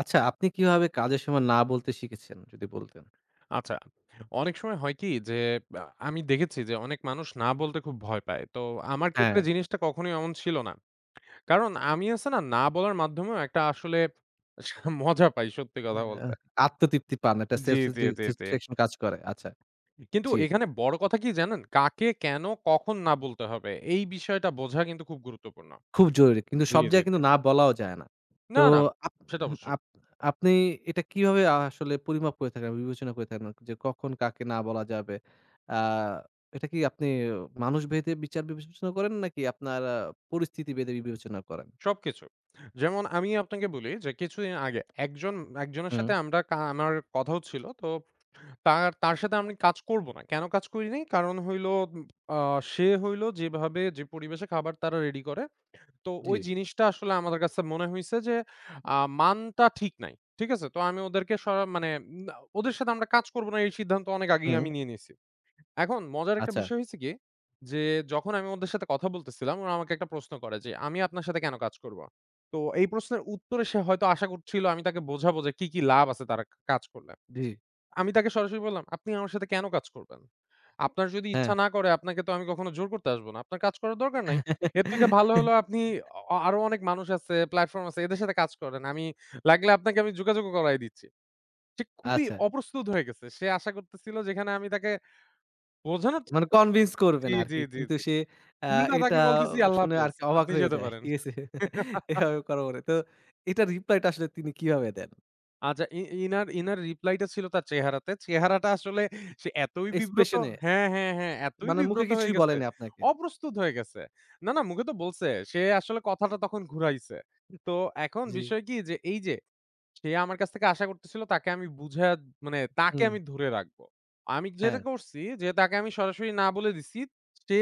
আচ্ছা, আপনি কিভাবে কাজের সময় না বলতে শিখেছেন? যদি বলতেন। আচ্ছা। অনেক সময় হয় কি যে আমি দেখেছি যে অনেক মানুষ না বলতে খুব ভয় পায়। তো আমার ক্ষেত্রে হ্যাঁ। জিনিসটা কখনোই এমন ছিল না। কারণ আমি আছে না, না বলার মাধ্যমেও একটা আসলে মজা পাই সত্যি কথা বলতে। আহ, আত্মতৃপ্তি পান। একটা জি, self জি, জি, জি। স্যাটিসফ্যাকশন কাজ করে। আচ্ছা, কিন্তু জি। এখানে বড় কথা কি জানেন? কাকে, কেন, কখন না বলতে হবে এই বিষয়টা বোঝা কিন্তু খুব গুরুত্বপূর্ণ। খুব জরুরি। কিন্তু জি, সব জি, জায়গায় জি। কিন্তু না বলাও যায় না। তো না, না আপ সেটা উম অবশ্যই। আপ আপনি এটা কিভাবে আসলে পরিমাপ করে থাকেন, বিবেচনা করে থাকেন যে কখন কাকে না বলা যাবে? আ এটা কি আপনি মানুষ ভেদে বিচার বিবেচনা করেন নাকি আপনার পরিস্থিতি ভেদে বিবেচনা করেন? সবকিছু। যেমন আমি আপনাকে বলি যে কিছুদিন আগে একজন একজনের হুম। সাথে আমরা আমার কথা হচ্ছিল তো তার তার সাথে আমি কাজ করব না। কেন কাজ করি নাই? কারণ হইলো আ সে হইলো যেভাবে যে পরিবেশে খাবার তারা রেডি করে, তো জি। ওই জিনিসটা আসলে আমাদের কাছে মনে হইছে যে মানটা ঠিক নাই। ঠিক আছে? তো আমি ওদেরকে মানে না ওদের সাথে আমরা কাজ করব না এই সিদ্ধান্ত অনেক আগেই হুম। আমি নিয়ে নিয়েছি। এখন মজার একটা আচ্ছা, বিষয় হইছে কি? যে যখন আমি ওদের সাথে কথা বলতেছিলাম, ওরা আমাকে একটা প্রশ্ন করে যে, "আমি আপনার সাথে কেন কাজ করব?" তো এই প্রশ্নের উত্তরে সে হয়তো আশা করছিল আমি তাকে বোঝাবো যে কি লাভ আছে তারা কাজ করলে। জি। আমি তাকে সরাসরি বললাম, "আপনি আমার সাথে কেন কাজ করবেন? আপনার যদি হ্যাঁ। ইচ্ছা না করে আপনাকে তো আমি কখনো জোর করতে আসব না। আপনার কাজ করার দরকার নাই। এর থেকে ভালো হলো আপনি আরো অনেক মানুষ আছে, প্ল্যাটফর্ম আছে, এদের সাথে কাজ করেন। আমি লাগলে আপনাকে আমি যোগাযোগও করায় দিচ্ছি।" সে খুবই আচ্ছা। অপ্রস্তুত হয়ে গেছে। সে আশা করতেছিল যেখানে আমি তাকে বোঝানোর মানে কনভিন্স জি, করবেন জি, আরকি। জি, কিন্তু জি। সে আ উল্টা এটা তাকে বলতেছি, "আল্লাহ শুনে হাফেজ। আরকি অবাক আপনি হয়ে যেতে যায়। পারেন।" ঠিক আছে? এভাবে করা পরে। তো এটার রিপ্লাইটা আসলে তিনি কিভাবে দেন? আচ্ছা ইনার রিপ্লাইটা ছিল তার চেহারাতে। চেহারাটা আসলে সে এতই বিব্রত এক্সপ্রেশন এ হ্যাঁ, হ্যাঁ, হ্যাঁ, এতই মানে মুখে বিব্রত হয়ে কিছুই গেছে। বলেনি আপনাকে। অপ্রস্তুত হয়ে গেছে। না, না মুখে তো বলছে। সে আসলে কথাটা তখন ঘুরাইছে। তো এখন জি। বিষয় কি যে এই যে সে আমার কাছ থেকে আশা করতেছিল তাকে আমি বুঝায়া মানে তাকে হুম। আমি ধরে রাখবো। আমি যেটা হ্যাঁ। করছি যে তাকে আমি সরাসরি না বলে দিছি। সে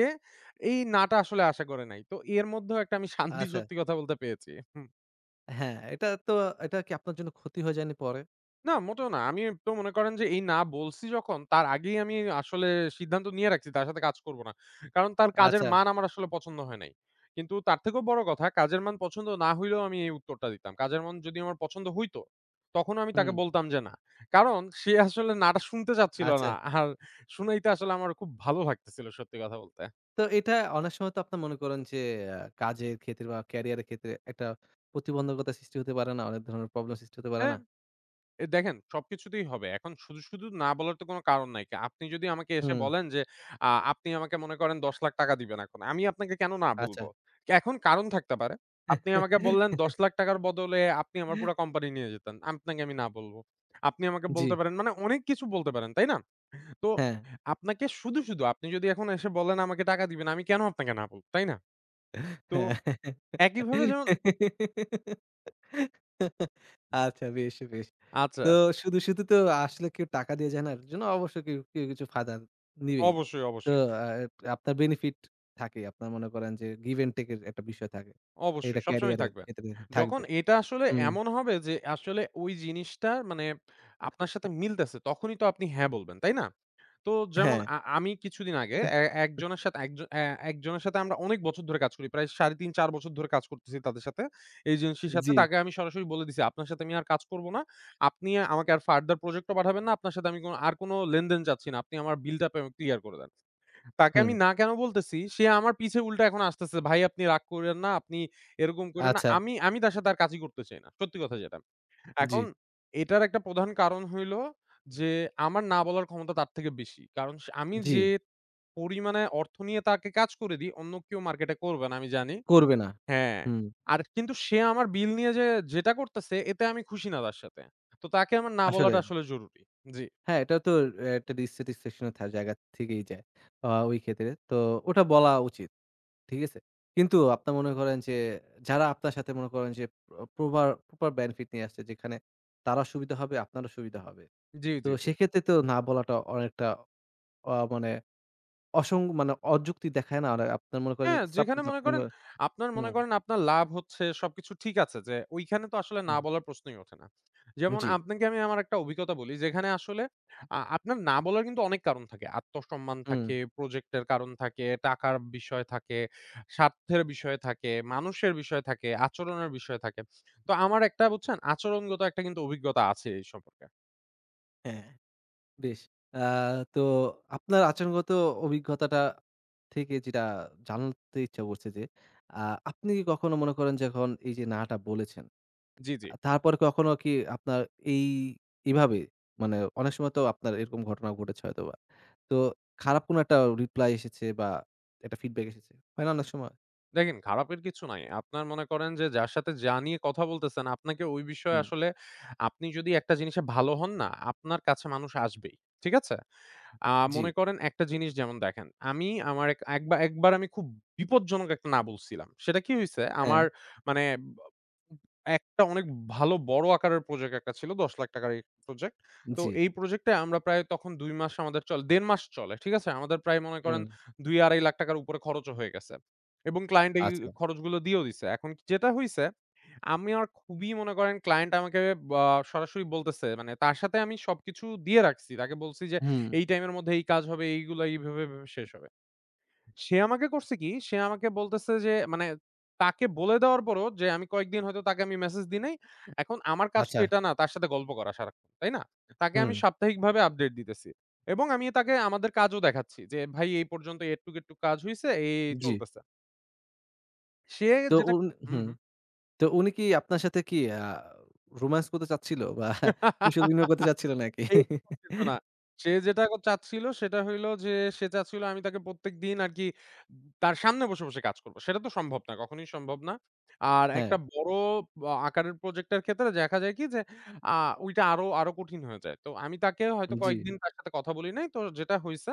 এই না টা আসলে আশা করে নাই। তো এর মধ্যেও একটা আমি শান্তি আচ্ছা। সত্যি কথা বলতে পেয়েছি। হ্যাঁ, এটা কি আপনার জন্য ক্ষতি হয়ে যায়নি পরে? না, মোটেও না। আমি তো মনে করেন যে এই না বলছি যখন তার আগেই আমি আসলে সিদ্ধান্ত নিয়ে রাখছি তার সাথে কাজ করব না। কারণ তার কাজের আচ্ছা। মান আমার আসলে পছন্দ হয় নাই। কিন্তু তার থেকেও বড় কথা কাজের মান পছন্দ না হইলেও আমি এই উত্তরটা দিতাম। কাজের মান যদি আমার পছন্দ হইতো, তখনও আমি হুম। তাকে বলতাম যে না। কারণ সে আসলে নাটা শুনতে চাচ্ছিল আচ্ছা। না। আর শুনাইতে আসলে আমার খুব ভালো লাগতেছিল সত্যি কথা বলতে। তো এটা অনেক সময় তো আপনার মনে করেন যে কাজের ক্ষেত্রে বা ক্যারিয়ারের ক্ষেত্রে একটা প্রতিবন্ধকতা সৃষ্টি হতে পারে না? অনেক ধরনের প্রবলেম সৃষ্টি হতে পারে হ্যাঁ না? দেখেন সবকিছুতেই হবে। এখন শুধু, শুধু না বলার তো কোনো কারণ নাই। আপনি যদি আমাকে এসে হুম। বলেন যে, আপনি আমাকে মনে করেন ৳১০,০০,০০০ দিবেন এখন। আমি আপনাকে কেন না আচ্ছা। বলবো? এখন কারণ থাকতে পারে। আপনি আমাকে বললেন ৳১০,০০,০০০ র বদলে আপনি আমার পুরা কোম্পানি নিয়ে যেতেন। আপনাকে আমি না বলবো। আপনি আমাকে জি। বলতে পারেন মানে অনেক কিছু বলতে পারেন, তাই না? তো হ্যাঁ, আপনাকে শুধু, শুধু আপনি যদি এখন এসে বলেন আমাকে টাকা দিবেন, আমি কেন আপনাকে না বলব, তাই না? তো হ্যাঁ। একইভাবে যেমন আচ্ছা বেশ, বেশ। আচ্ছা, তো শুধু, শুধু তো আসলে কেউ টাকা দিয়ে যায় না। এর জন্য অবশ্য কেউ, কেউ কিছু ফায়দা নিবেই। অবশ্যই, তো অবশ্যই। আ আপনার বেনিফিট থাকেই। আপনার মনে করেন যে give and take এর একটা বিষয় থাকে। অবশ্যই, এটা সবসময়ই ক্যারিয়ারের থাকবে। ক্ষেত্রে যখন থাকবে। এটা আসলে হুম, এমন হবে যে আসলে ওই জিনিসটা মানে আপনার সাথে মিলতেছে, তখনই তো আপনি হ্যাঁ বলবেন, তাই না? তো যেমন হ্যাঁ। আমি কিছুদিন আগে এ একজনের সাথে একজ অ্যা একজনের সাথে আমরা অনেক বছর ধরে কাজ করি। প্রায় ৩.৫ ৪ বছর ধরে কাজ করতেছি তাদের সাথে। এজেন্সির সাথে জি, তাকে আমি সরাসরি বলে দিছি, "আপনার সাথে আমি আর কাজ করব না। আপনি আমাকে আর ফার্দার প্রজেক্ট ও পাঠাবেন না। আপনার সাথে আমি কোন আর কোন লেনদেন চাচ্ছি না। আপনি আমার বিলটা পে ক্লিয়ার করে দেন।" তাকে হুম। আমি না কেন বলতেছি, সে আমার পিছে উল্টা এখন আসতেছে। ভাই আপনি রাগ কইরেন না, আপনি এরকম কইরেন না। আচ্ছা, আমি আমি তার সাথে আর কাজই করতে চাই না। সত্যি কথা যেটা। জি, এখন এটার একটা প্রধান কারণ হইল যে, আমার না বলার ক্ষমতা তার থেকে বেশি। কারণ সে আমি জি। যে পরিমাণে অর্থ নিয়ে তাকে কাজ করে দিই, অন্য কেউ মার্কেটে করবে না আমি জানি। করবে না। হ্যাঁ। হুম, আর কিন্তু সে আমার বিল নিয়ে যে যেটা করতেছে, এতে আমি খুশি না তার সাথে। তো তাকে আমার না আসলে বলাটা আসলে জরুরি। জি। হ্যাঁ, এটা তো একটা dissatisfaction এর জায়গা থেকেই যায়। ওই ক্ষেত্রে। তো ওটা বলা উচিত। ঠিক আছে? কিন্তু আপনার মনে করেন যে যারা আপনার সাথে মনে করেন যে প্রপার প্রপার benefit নিয়ে আসছে যেখানে তারা সুবিধা হবে, আপনারও সুবিধা হবে। জি, তো জি, জি। সেক্ষেত্রে তো না বলাটা অনেকটা মানে মানে অযুক্তি দেখায় না? আর আপনার মনে করেন যে হ্যাঁ, যেখানে সাপোজ মনে আপনি করেন আপনার মনে হুম, করেন আপনার লাভ হচ্ছে সবকিছু ঠিক আছে যে ওইখানে তো আসলে না হুম। বলার প্রশ্নই ওঠে না। যেমন জি, আপনাকে আমি আমার একটা অভিজ্ঞতা বলি যেখানে আসলে আপনার না বলার কিন্তু অনেক কারণ থাকে। আত্মসম্মান হুম। থাকে, প্রজেক্টের কারণ থাকে, টাকার বিষয় থাকে, স্বার্থের বিষয় থাকে, মানুষের বিষয় থাকে, আচরণের বিষয় থাকে। তো আমার একটা বুঝছেন আচরণগত একটা কিন্তু অভিজ্ঞতা আছে এই সম্পর্কে। হ্যাঁ। বেশ। আ তো আপনার আচরণগত অভিজ্ঞতাটা থেকে যেটা জানতে ইচ্ছা করছে যে, আ আপনি কি কখনো মনে করেন যে এখন এই যে না টা বলেছেন, জি, জি। তারপরে কখনো কি আপনার এই এভাবে মানে অনেক সময় তো আপনার এরকম ঘটনা ঘটেছে হয়তোবা। তো খারাপ কোনো একটা রিপ্লাই এসেছে বা একটা ফিডব্যাক এসেছে। হয় না অনেক সময়? দেখেন খারাপের কিছু নাই। আপনার মনে করেন যে যার সাথে যা নিয়ে কথা বলতেছেন, আপনাকে ওই বিষয়ে হুম, আসলে আপনি যদি একটা জিনিসে ভালো হন না, আপনার কাছে মানুষ আসবেই। ঠিক আছে? জি। মনে করেন একটা জিনিস যেমন দেখেন, আমি আমার এক একবা একবার আমি খুব বিপজ্জনক একটা না বলছিলাম। সেটা কি হইছে? হ্যাঁ, আমার মানে একটা অনেক ভালো বড় আকারের প্রজেক্ট একটা ছিল। ৳১০,০০,০০০ র প্রজেক্ট। তো জি। এই প্রজেক্টে আমরা প্রায় তখন ২ মাস আমাদের ১.৫ মাস চলে। ঠিক আছে? আমাদের প্রায় মনে করেন হুম, ৳২,০০,০০০-৳২,৫০,০০০ র উপরে খরচও হয়ে গেছে। এবং ক্লায়েন্ট এই আচ্ছা। খরচগুলো দিয়েও দিছে। এখন যেটা হইছে আমি আর খুবই মনে করেন ক্লায়েন্ট আমাকে বা সরাসরি বলতেছে মানে তার সাথে আমি সবকিছু দিয়ে রাখছি। তাকে বলছি যে হুম, এই টাইমের মধ্যে এই কাজ হবে এইগুলা এইভাবে, এভাবে শেষ হবে। সে আমাকে করছে কি? সে আমাকে বলতেছে যে মানে তাকে বলে দেওয়ার পরও যে আমি কয়েকদিন হয়তো তাকে আমি মেসেজ দিই নাই। এখন আমার কাজ তো আচ্ছা। এটা না তার সাথে গল্প করা সারাক্ষণ, তাই না? তাকে হুম, আমি সাপ্তাহিকভাবে আপডেট দিতেছি এবং আমি তাকে আমাদের কাজও দেখাচ্ছি যে, "ভাই এই পর্যন্ত এটুক, এটুক কাজ হইছে, এই, এই জি। চলতেছে।" সে তো যেটা হুম। হুম, তো উনি কি আপনার সাথে কি রোমান্স করতে চাচ্ছিল? বা কুশল বিনিময় করতে হুম। চাচ্ছিল নাকি? এরকম কিছু না। সে যেটা চাচ্ছিল সেটা হইলো যে সে চাচ্ছিল আমি তাকে প্রত্যেকদিন আরকি তার সামনে বসে, বসে কাজ করব। সেটা তো সম্ভব না, কখনোই সম্ভব না। আর হ্যাঁ, একটা বড় আকারের প্রজেক্টের ক্ষেত্রে দেখা যায় কি যে আ ওইটা আরো, আরো কঠিন হয়ে যায়। তো আমি তাকে হয়তো জি, কয়েকদিন তার সাথে কথা বলি নাই। তো যেটা হইছে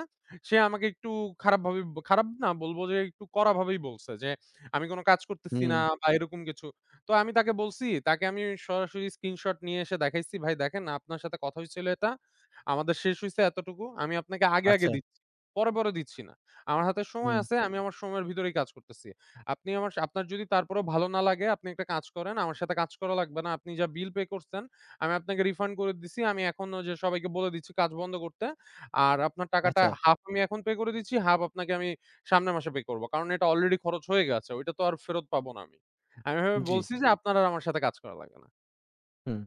সে আমাকে একটু খারাপভাবে খারাপ না বলব যে একটু কড়াভাবেই বলছে যে, "আমি কোন কাজ করতেছি হুম, না" বা এরকম কিছু। তো আমি তাকে বলছি, তাকে আমি সরাসরি স্ক্রিনশট নিয়ে এসে দেখাইছি, "ভাই দেখেন আপনার সাথে কথা হইছিল এটা। আমাদের শেষ হইছে এতটুকু। আমি আপনাকে আগে, আগে আচ্ছা, দিচ্ছি। পরে, পরে দিচ্ছি না। আমার হাতে সময় হুম, আছে। আমি আমার সময়ের ভিতরেই কাজ করতেছি। আপনি আমার আপনার যদি তারপরেও ভালো না লাগে আপনি একটা কাজ করেন। আমার সাথে কাজ করা লাগবে না। আপনি যা বিল পে করছেন আমি আপনাকে রিফান্ড করে দিছি। আমি এখন ওইযে সবাইকে বলে দিচ্ছি কাজ বন্ধ করতে। আর আপনার টাকাটা আচ্ছা, হাফ আমি এখন পে করে দিচ্ছি, হাফ আপনাকে আমি সামনের মাসে পে করব। কারণ এটা অলরেডি খরচ হয়ে গেছে। ওইটা তো আর ফেরত পাবো না আমি।" আমি এভাবে জি, বলছি যে আপনার আর আমার সাথে কাজ করা লাগে না। হুম।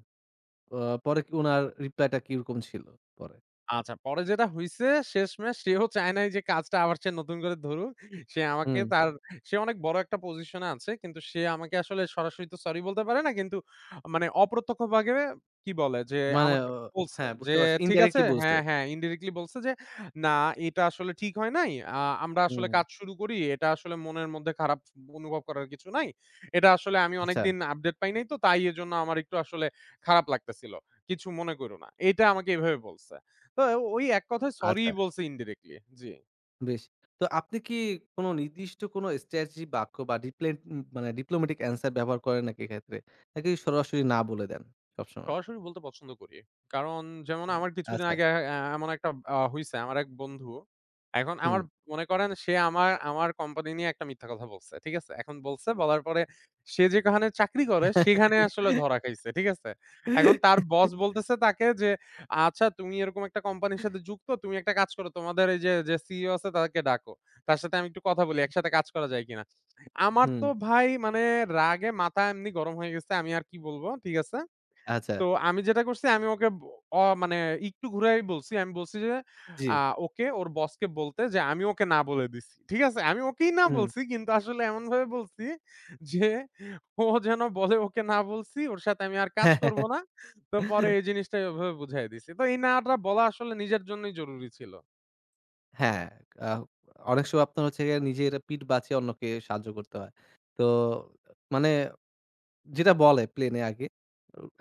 আ পরে কি উনার রিপ্লাইটা কিরকম ছিল পরে? আচ্ছা, পরে যেটা হইছে শেষমেশ সেও চায় নাই যে কাজটা আবার সে নতুন করে ধরুক। সে আমাকে হুম, তার সে অনেক বড় একটা পজিশনে আছে। কিন্তু সে আমাকে আসলে সরাসরি তো সরি বলতে পারে না। কিন্তু মানে অপ্রত্যক্ষভাবে কি বলে যে মানে আমাকে বলছে হ্যাঁ, যে, বুঝতে পারছি। "ঠিক আছে" ইনডাইরেক্টলি বলছে। হ্যাঁ, হ্যাঁ, ইনডিরেক্টলি বলছে যে, "না এটা আসলে ঠিক হয় নাই। আ আমরা আসলে হুম, কাজ শুরু করি। এটা আসলে মনের মধ্যে খারাপ অনুভব করার কিছু নাই। এটা আসলে আমি আচ্ছা, অনেকদিন আপডেট পাই নাই তো তাই এজন্য আমার একটু আসলে খারাপ লাগতেছিল। কিছু মনে করো না।" এটা আমাকে এভাবে বলছে। তো ওই এক কথায় সরি আচ্ছা, বলছে ইনডিরেক্টলি। জি। বেশ। তো আপনি কি কোনো নির্দিষ্ট কোনো স্ট্র্যাটেজি বাক্য বা ডিপ্লেন উম মানে ডিপ্লোমেটিক অ্যান্সার ব্যবহার করেন নাকি এক্ষেত্রে? নাকি সরাসরি না বলে দেন সবসময়? সরাসরি বলতে পছন্দ করি। কারণ যেমন আ আমার কিছুদিন আচ্ছা, আগে এমন একটা হইছে আমার এক বন্ধু। এখন আমার হুম। মনে করেন সে আমার আমার কোম্পানি নিয়ে একটা মিথ্যা কথা বলছে। ঠিক আছে? এখন বলছে বলার পরে সে যেখানে চাকরি করে সেখানে আসলে ধরা খাইছে। ঠিক আছে? এখন তার বস বলতেছে তাকে যে, "আচ্ছা তুমি এরকম একটা কোম্পানির সাথে যুক্ত। তুমি একটা কাজ করো। তোমাদের এই যে, যে সিইও আছে তাকে ডাকো। তার সাথে আমি একটু কথা বলি। একসাথে কাজ করা যায় কিনা?" আমার হুম, তো ভাই মানে রাগে মাথা এমনি গরম হয়ে গেছে। আমি আর কি বলব। ঠিক আছে? আচ্ছা। তো আমি যেটা করছি আমি ওকে ব অ মানে একটু ঘুরাই বলছি। আমি বলছি যে জি। আ ওকে ওর বসকে বলতে যে আমি ওকে না বলে দিছি। ঠিক আছে? আমি ওকেই না হুম। বলছি কিন্তু আসলে এমনভাবে বলছি যে ও যেন বলে ওকে না বলছি, ওর সাথে আমি আর কাজ করব না। তো পরে এই জিনিসটা এভাবে বুঝায় দিছি। তো এই নাটা বলা আসলে নিজের জন্যই জরুরি ছিল। হ্যাঁ, হ্যাঁ। আ অনেক সময় আপনার হচ্ছে গিয়ে নিজের পিঠ বাঁচিয়ে অন্যকে সাহায্য করতে হয়। তো মানে যেটা বলে প্লেনে আগে,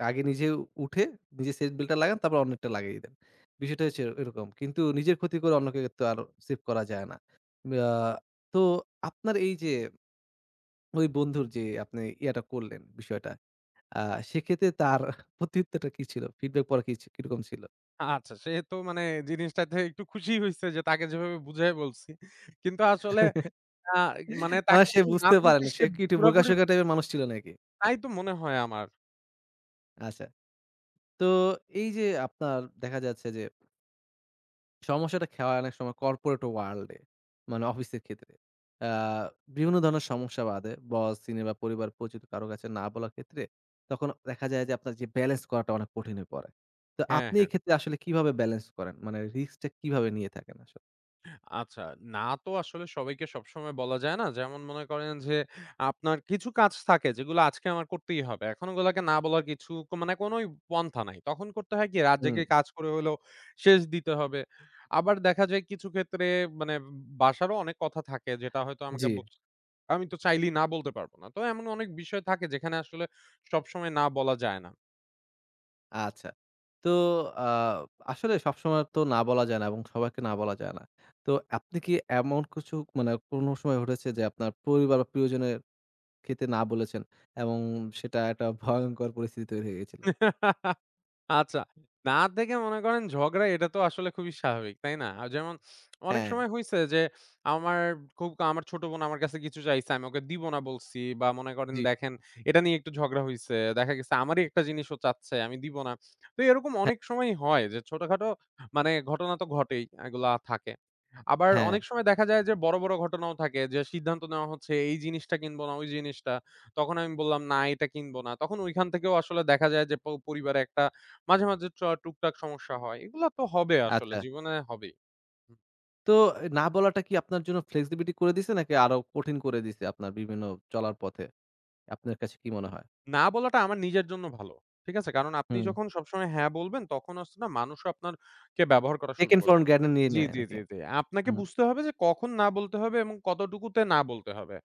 আগে নিজে উঠে নিজে সিট বেল্টটা লাগান তারপর অন্যেরটা লাগিয়ে দেন। বিষয়টা হচ্ছে এরকম। কিন্তু নিজের ক্ষতি করে অন্যকে তো আর সেভ করা যায় না। আ তো আপনার এই যে ওই বন্ধুর যে আপনি ইয়াটা করলেন বিষয়টা, আ সেক্ষেত্রে তার প্রত্যুত্তরটা কি ছিল? ফিডব্যাক পরে কি কিরকম ছিল? আচ্ছা সে তো জিনিসটাতে একটু খুশি হইছে যে তাকে যেভাবে বুঝায় বলছি। কিন্তু আসলে আ মানে তাকে সে আমি না বুঝতে পারে বলছি না। সে সে কি একটু পুরাপুরি বোকাশোকা ভু টাইপের মানুষ ছিল নাকি? তাই তো মনে হয় আমার। আচ্ছা। তো এই যে আপনার দেখা যাচ্ছে যে সমস্যাটা খেয়া হয় অনেক সময় কর্পোরেট ওয়ার্লড এ, মানে অফিসের ক্ষেত্রে। আ বিভিন্ন ধরনের সমস্যা বাধে। বস, সিনিয়র বা পরিবার পরিচিত কারো কাছে না বলার ক্ষেত্রে তখন দেখা যায় যে আপনার যে ব্যালেন্স করাটা অনেক কঠিন হয়ে পড়ে। তো হ্যাঁ, আপনি হ্যাঁ। এক্ষেত্রে আসলে কিভাবে ব্যালেন্স করেন? মানে রিস্কটা কিভাবে নিয়ে থাকেন আসলে? আচ্ছা, না তো আসলে সবাইকে সবসময় বলা যায় না। যেমন মনে করেন যে, আপনার কিছু কাজ থাকে যেগুলো আজকে আমার করতেই হবে। এখন ওগুলাকে না বলার কিছু মানে কোনোই পন্থা নাই। তখন করতে হয় কি রাত হুম, জেগে কাজ করে হলেও শেষ দিতে হবে। আবার দেখা যায় কিছু ক্ষেত্রে মানে বাসারও অনেক কথা থাকে যেটা হয়তো আমাকে জি। ব আমি তো চাইলেই না বলতে পারব না। তো এমন অনেক বিষয় থাকে যেখানে আসলে সবসময় না বলা যায় না। আচ্ছা। তো আ আসলে সবসময় তো না বলা যায় না এবং সবাইকে না বলা যায় না। তো আপনি কি এমন কিছু মানে কোনো সময় ঘটেছে যে আপনার পরিবার বা প্রিয়জনের ক্ষেত্রে না বলেছেন এবং সেটা একটা ভয়ংকর পরিস্থিতি তৈরি হয়ে গিয়েছিল? আচ্ছা। না দেখে মনে করেন ঝগড়া এটা তো আসলে খুবই স্বাভাবিক, তাই না? যেমন অনেক হ্যাঁ। সময় হইছে যে আমার আমার ছোট বোন আমার কাছে কিছু চাইছে, আমি ওকে দিব না বলছি বা মনে করেন জি। দেখেন এটা নিয়ে একটু ঝগড়া হইছে। দেখা গেছে আমারই একটা জিনিস ও চাচ্ছে, আমি দিব না। তো এরকম হ্যাঁ, অনেক সময়ই হয় যে মানে ঘটনা তো ঘটেই, এগুলা থাকে। আবার হ্যাঁ। অনেক সময় দেখা যায় যে বড়, বড় ঘটনাও থাকে যে সিদ্ধান্ত নেওয়া হচ্ছে এই জিনিসটা কিনব না ওই জিনিসটা। তখন আমি বললাম, "না এটা কিনব না।" তখন ওইখান থেকেও আসলে দেখা যায় যে পরিবারে একটা মাঝে, মাঝে টুকটাক সমস্যা হয়। এগুলা তো হবে আসলে আচ্ছা। জীবনে হবেই। তো না বলাটা কি আপনার জন্য flexibility করে দিছে নাকি আরো কঠিন করে দিছে আপনার বিভিন্ন চলার পথে? আপনার কাছে কি মনে হয়? না বলাটা আমার নিজের জন্য ভালো। ঠিক আছে? কারণ আপনি হুম। যখন সবসময় হ্যাঁ বলবেন তখন হচ্ছে না মানুষও আপনার কে ব্যবহার করা শুরু Taken for করবে। granted নিয়ে জি, নেয় জি, নাকি? জি, জি। আপনাকে হুম, বুঝতে হবে যে কখন না বলতে হবে এবং কতটুকুতে না বলতে হবে।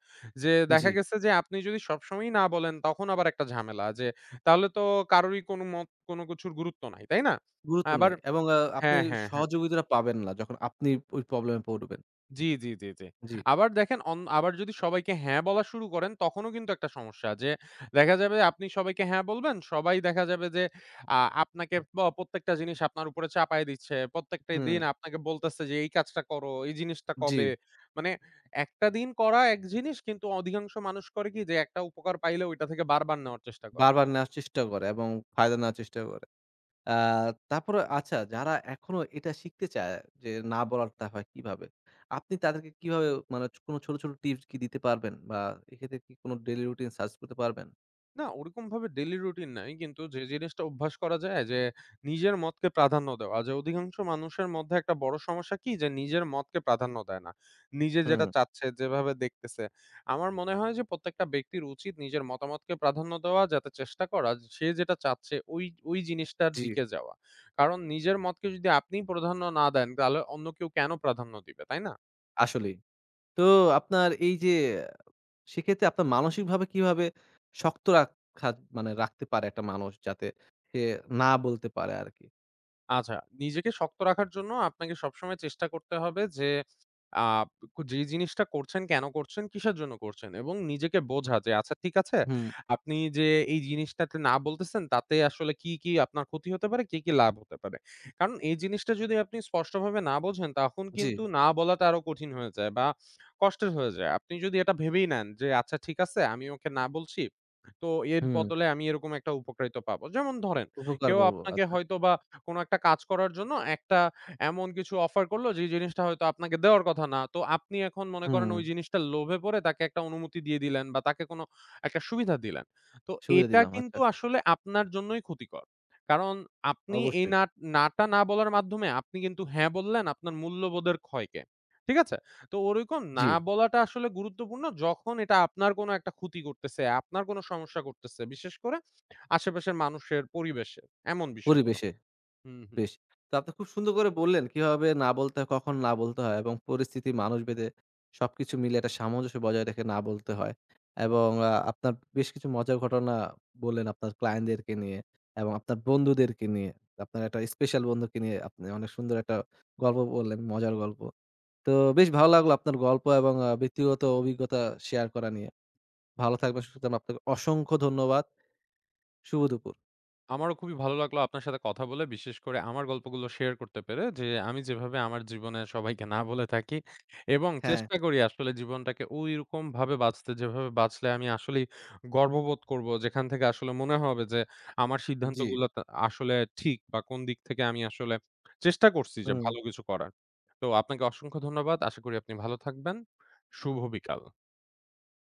যে জি। দেখা গেছে যে আপনি যদি সবসময়ই না বলেন তখন আবার একটা ঝামেলা যে তাহলে তো কারোরই কোনো মত কোনো কিছুর গুরুত্ব নাই। তাই না? গুরুত্ব আবার নেই এবং আপনি হ্যাঁ, হ্যাঁ, হ্যাঁ। সহযোগিতাটা পাবেন না যখন আপনি ওই প্রবলেম এ পড়বেন। জি, জি, জি, জি। জি। আবার দেখেন আবার যদি সবাইকে হ্যাঁ বলা শুরু করেন তখনও কিন্তু একটা সমস্যা যে দেখা যাবে আপনি সবাইকে হ্যাঁ বলবেন, সবাই দেখা যাবে যে আপনাকে প্রত্যেকটা জিনিস আপনার উপরে চাপায় দিচ্ছে। প্রত্যেকটা হুম, দিন আপনাকে বলতেছে যে এই কাজটা করো, এই জিনিসটা জি। কবে। মানে একটা দিন করা এক জিনিস কিন্তু অধিকাংশ মানুষ করে কি যে একটা উপকার পাইলে ওইটা থেকে বারবার নেওয়ার চেষ্টা করে। বারবার নেওয়ার চেষ্টা করে এবং ফায়দা নেওয়ার চেষ্টা করে। আ তারপরে আচ্ছা যারা এখনো এটা শিখতে চায় যে না বলাটা হয় কিভাবে? আপনি তাদেরকে কিভাবে মানে কোন ছোট, ছোট টিপস কি দিতে পারবেন? বা এক্ষেত্রে কি কোন ডেইলি রুটিন সাজেস্ট করতে পারবেন? না ওরকমভাবে ডেইলি রুটিন নাই। কিন্তু যে জিনিসটা অভ্যাস করা যায় যে নিজের মতকে প্রাধান্য দেওয়া। যে অধিকাংশ মানুষের মধ্যে একটা বড় সমস্যা কি? যে নিজের মতকে প্রাধান্য দেয় না। নিজে যেটা হুম, চাচ্ছে, যেভাবে দেখতেছে। আমার মনে হয় যে প্রত্যেকটা ব্যক্তির উচিত নিজের মতামতকে প্রাধান্য দেওয়া, যাতে চেষ্টা করা যে সে যেটা চাচ্ছে ওই জিনিসটার জি, দিকে যাওয়া। কারণ নিজের মতকে যদি আপনিই প্রাধান্য না দেন তাহলে অন্য কেউ কেন প্রাধান্য দিবে, তাই না? আসলেই। তো আপনার এই যে সেক্ষেত্রে আপনার মানসিকভাবে কিভাবে শক্ত রাখা মানে রাখতে পারে একটা মানুষ যাতে সে না বলতে পারে আরকি। আচ্ছা, নিজেকে শক্ত রাখার জন্য আপনাকে সবসময় চেষ্টা করতে হবে যে, আ যে জিনিসটা করছেন, কেন করছেন, কিসের জন্য করছেন? এবং নিজেকে বোঝা যে, আচ্ছা ঠিক আছে, হুম, আপনি যে এই জিনিসটাতে না বলতেছেন, তাতে আসলে কি আপনার ক্ষতি হতে পারে, কি লাভ হতে পারে? কারণ এই জিনিসটা যদি আপনি স্পষ্টভাবে না বোঝেন, তখন জি, কিন্তু না বলাটা আরো কঠিন হয়ে যায় বা কষ্টের হয়ে যায়। আপনি যদি এটা ভেবেই নেন যে, আচ্ছা ঠিক আছে, আমি ওকে না বলছি, তো এর হুম, বদলে আমি এরকম একটা উপকারিতা পাবো। যেমন ধরেন, উপকার কেউ করব। আপনাকে আচ্ছা, হয়তোবা কোনো একটা কাজ করার জন্য একটা এমন কিছু অফার করলো যে জিনিসটা হয়তো আপনাকে দেওয়ার কথা না। তো আপনি এখন মনে করেন হুম, ওই জিনিসটার লোভে পড়ে তাকে একটা অনুমতি দিয়ে দিলেন বা তাকে কোনো একটা সুবিধা দিলেন। তো সুবিধা এটা দিলাম। কিন্তু আচ্ছা, আসলে আপনার জন্যই ক্ষতিকর। কারণ আপনি অবশ্যই। না টা না বলার মাধ্যমে আপনি কিন্তু হ্যাঁ বললেন আপনার মূল্যবোধের ক্ষয়কে। ঠিক আছে? তো ওরকম জি, না বলাটা আসলে গুরুত্বপূর্ণ যখন এটা আপনার কোনো একটা ক্ষতি করতেছে, আপনার কোনো সমস্যা করতেছে। বিশেষ করে আশেপাশের মানুষের, পরিবেশের এমন বিষয়গুলো। পরিবেশে। হুম, হুম। বেশ। তো আপনি খুব সুন্দর করে বললেন কিভাবে না বলতে হয়, কখন না বলতে হয় এবং পরিস্থিতি মানুষভেদে সবকিছু মিলে একটা সামঞ্জস্য বজায় রেখে না বলতে হয়। এবং আপনার বেশ কিছু মজার ঘটনা বললেন আপনার ক্লায়েন্টদেরকে নিয়ে এবং আপনার বন্ধুদেরকে নিয়ে। আপনার একটা স্পেশাল বন্ধুকে নিয়ে আপনি অনেক সুন্দর একটা গল্প বললেন, মজার গল্প। তো বেশ ভালো লাগলো আপনার গল্প এবং ব্যক্তিগত অভিজ্ঞতা শেয়ার করা নিয়ে। ভালো থাকবেন, সুস্থ থাকবেন। আপনাকে অসংখ্য ধন্যবাদ। শুভ দুপুর। আমারও খুবই ভালো লাগলো আপনার সাথে কথা বলে। বিশেষ করে আমার গল্পগুলো শেয়ার করতে পেরে যে আমি যেভাবে আমার জীবনে সবাইকে না বলে থাকি এবং হ্যাঁ, চেষ্টা করি আসলে জীবনটাকে ওইরকম ভাবে বাঁচতে যেভাবে বাঁচলে আমি আসলেই গর্ববোধ করব। যেখান থেকে আসলে মনে হবে যে আমার জি। সিদ্ধান্তগুলো তা আসলে ঠিক বা কোন দিক থেকে আমি আসলে চেষ্টা করছি যে হুম। ভালো কিছু করার। তো আপনাকে অসংখ্য ধন্যবাদ। আশা করি আপনি ভালো থাকবেন। শুভ বিকাল।